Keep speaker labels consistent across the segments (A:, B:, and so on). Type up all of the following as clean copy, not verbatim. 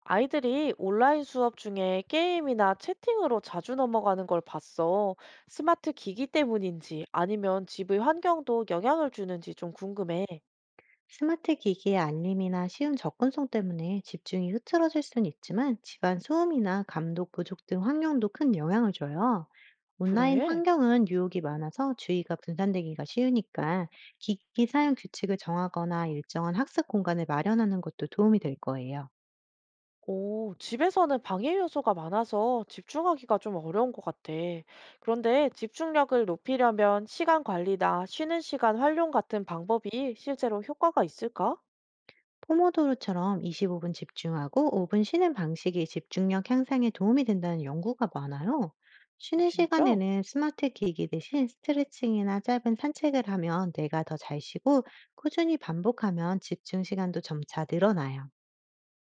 A: 아이들이 온라인 수업 중에 게임이나 채팅으로 자주 넘어가는 걸 봤어. 스마트 기기 때문인지 아니면 집의 환경도 영향을 주는지 좀 궁금해.
B: 스마트 기기의 알림이나 쉬운 접근성 때문에 집중이 흐트러질 수는 있지만, 집안 소음이나 감독 부족 등 환경도 큰 영향을 줘요. 온라인
A: 그래?
B: 환경은 유혹이 많아서 주의가 분산되기가 쉬우니까 기기 사용 규칙을 정하거나 일정한 학습 공간을 마련하는 것도 도움이 될 거예요.
A: 오, 집에서는 방해 요소가 많아서 집중하기가 좀 어려운 것 같아. 그런데 집중력을 높이려면 시간 관리나 쉬는 시간 활용 같은 방법이 실제로 효과가 있을까?
B: 포모도로처럼 25분 집중하고 5분 쉬는 방식이 집중력 향상에 도움이 된다는 연구가 많아요.
A: 오,
B: 쉬는
A: 진짜?
B: 시간에는 스마트 기기 대신 스트레칭이나 짧은 산책을 하면 뇌가 더 잘 쉬고, 꾸준히 반복하면 집중 시간도 점차 늘어나요.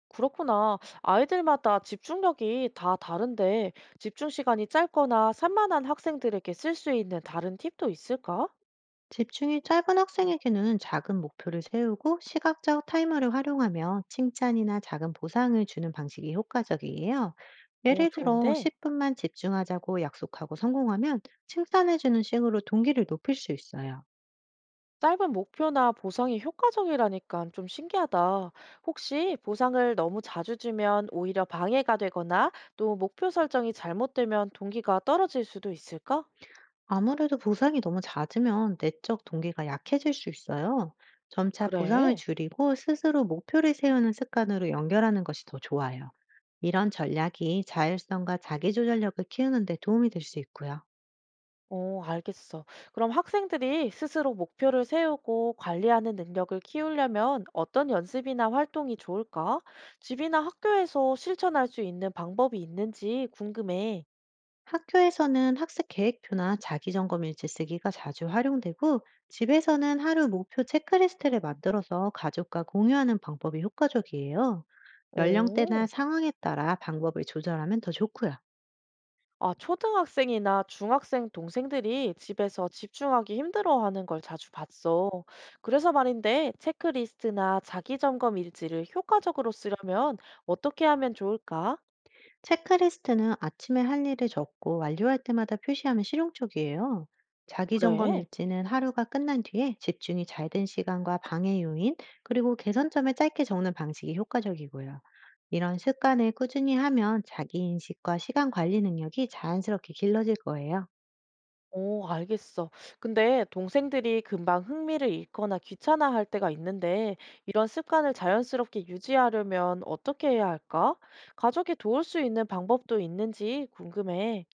A: 그렇구나. 아이들마다 집중력이 다 다른데 집중 시간이 짧거나 산만한 학생들에게 쓸 수 있는 다른 팁도 있을까?
B: 집중이 짧은 학생에게는 작은 목표를 세우고 시각적 타이머를 활용하며 칭찬이나 작은 보상을 주는 방식이 효과적이에요.
A: 오,
B: 예를 들어
A: 좋은데.
B: 10분만 집중하자고 약속하고 성공하면 칭찬해주는 식으로 동기를 높일 수 있어요.
A: 짧은 목표나 보상이 효과적이라니까 좀 신기하다. 혹시 보상을 너무 자주 주면 오히려 방해가 되거나 또 목표 설정이 잘못되면 동기가 떨어질 수도 있을까?
B: 아무래도 보상이 너무 잦으면 내적 동기가 약해질 수 있어요. 점차 보상을
A: 그래.
B: 줄이고 스스로 목표를 세우는 습관으로 연결하는 것이 더 좋아요. 이런 전략이 자율성과 자기조절력을 키우는 데 도움이 될 수 있고요.
A: 어, 알겠어. 그럼 학생들이 스스로 목표를 세우고 관리하는 능력을 키우려면 어떤 연습이나 활동이 좋을까? 집이나 학교에서 실천할 수 있는 방법이 있는지 궁금해.
B: 학교에서는 학습 계획표나 자기점검 일지 쓰기가 자주 활용되고, 집에서는 하루 목표 체크리스트를 만들어서 가족과 공유하는 방법이 효과적이에요. 연령대나
A: 오,
B: 상황에 따라 방법을 조절하면 더 좋고요.
A: 아, 초등학생이나 중학생 동생들이 집에서 집중하기 힘들어하는 걸 자주 봤어. 그래서 말인데, 체크리스트나 자기 점검 일지를 효과적으로 쓰려면 어떻게 하면 좋을까?
B: 체크리스트는 아침에 할 일을 적고 완료할 때마다 표시하면 실용적이에요. 자기 점검
A: 그래.
B: 일지는 하루가 끝난 뒤에 집중이 잘 된 시간과 방해 요인, 그리고 개선점을 짧게 적는 방식이 효과적이고요. 이런 습관을 꾸준히 하면 자기 인식과 시간 관리 능력이 자연스럽게 길러질 거예요.
A: 어, 알겠어. 근데 동생들이 금방 흥미를 잃거나 귀찮아할 때가 있는데, 이런 습관을 자연스럽게 유지하려면 어떻게 해야 할까? 가족이 도울 수 있는 방법도 있는지 궁금해.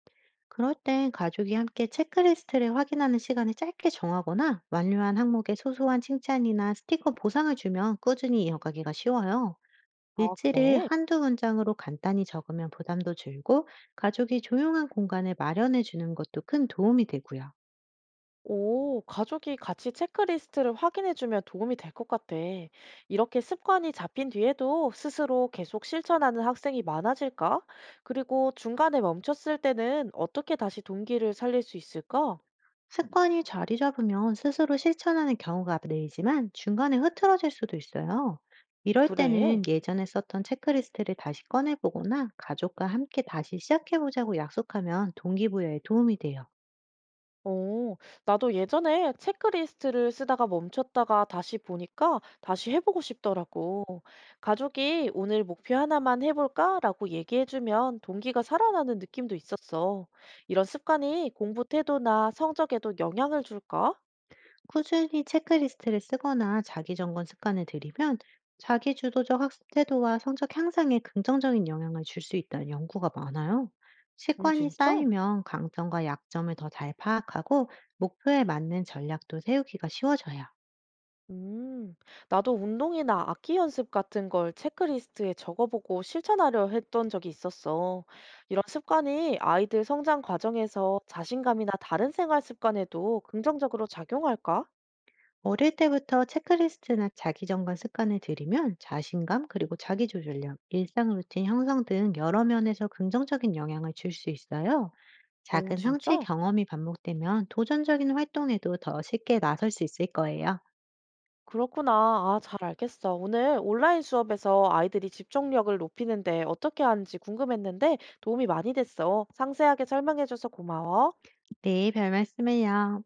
B: 그럴 땐 가족이 함께 체크리스트를 확인하는 시간을 짧게 정하거나 완료한 항목에 소소한 칭찬이나 스티커 보상을 주면 꾸준히 이어가기가 쉬워요.
A: 아,
B: 일지를
A: 그래?
B: 한두 문장으로 간단히 적으면 부담도 줄고, 가족이 조용한 공간을 마련해 주는 것도 큰 도움이 되고요.
A: 오, 가족이 같이 체크리스트를 확인해주면 도움이 될 것 같아. 이렇게 습관이 잡힌 뒤에도 스스로 계속 실천하는 학생이 많아질까? 그리고 중간에 멈췄을 때는 어떻게 다시 동기를 살릴 수 있을까?
B: 습관이 자리 잡으면 스스로 실천하는 경우가 늘지만, 중간에 흐트러질 수도 있어요. 이럴
A: 그래.
B: 때는 예전에 썼던 체크리스트를 다시 꺼내보거나 가족과 함께 다시 시작해보자고 약속하면 동기부여에 도움이 돼요.
A: 어, 나도 예전에 체크리스트를 쓰다가 멈췄다가 다시 보니까 다시 해보고 싶더라고. 가족이 오늘 목표 하나만 해볼까라고 얘기해주면 동기가 살아나는 느낌도 있었어. 이런 습관이 공부 태도나 성적에도 영향을 줄까?
B: 꾸준히 체크리스트를 쓰거나 자기 점검 습관을 들이면 자기 주도적 학습 태도와 성적 향상에 긍정적인 영향을 줄 수 있다는 연구가 많아요.
A: 오,
B: 습관이
A: 진짜?
B: 쌓이면 강점과 약점을 더 잘 파악하고 목표에 맞는 전략도 세우기가 쉬워져요.
A: 음, 나도 운동이나 악기 연습 같은 걸 체크리스트에 적어보고 실천하려 했던 적이 있었어. 이런 습관이 아이들 성장 과정에서 자신감이나 다른 생활 습관에도 긍정적으로 작용할까?
B: 어릴 때부터 체크리스트나 자기 점검 습관을 들이면 자신감 그리고 자기 조절력, 일상 루틴 형성 등 여러 면에서 긍정적인 영향을 줄 수 있어요.
A: 오,
B: 작은 성취
A: 진짜?
B: 경험이 반복되면 도전적인 활동에도 더 쉽게 나설 수 있을 거예요.
A: 그렇구나. 아, 잘 알겠어. 오늘 온라인 수업에서 아이들이 집중력을 높이는데 어떻게 하는지 궁금했는데 도움이 많이 됐어. 상세하게 설명해줘서 고마워.
B: 네, 별 말씀을요.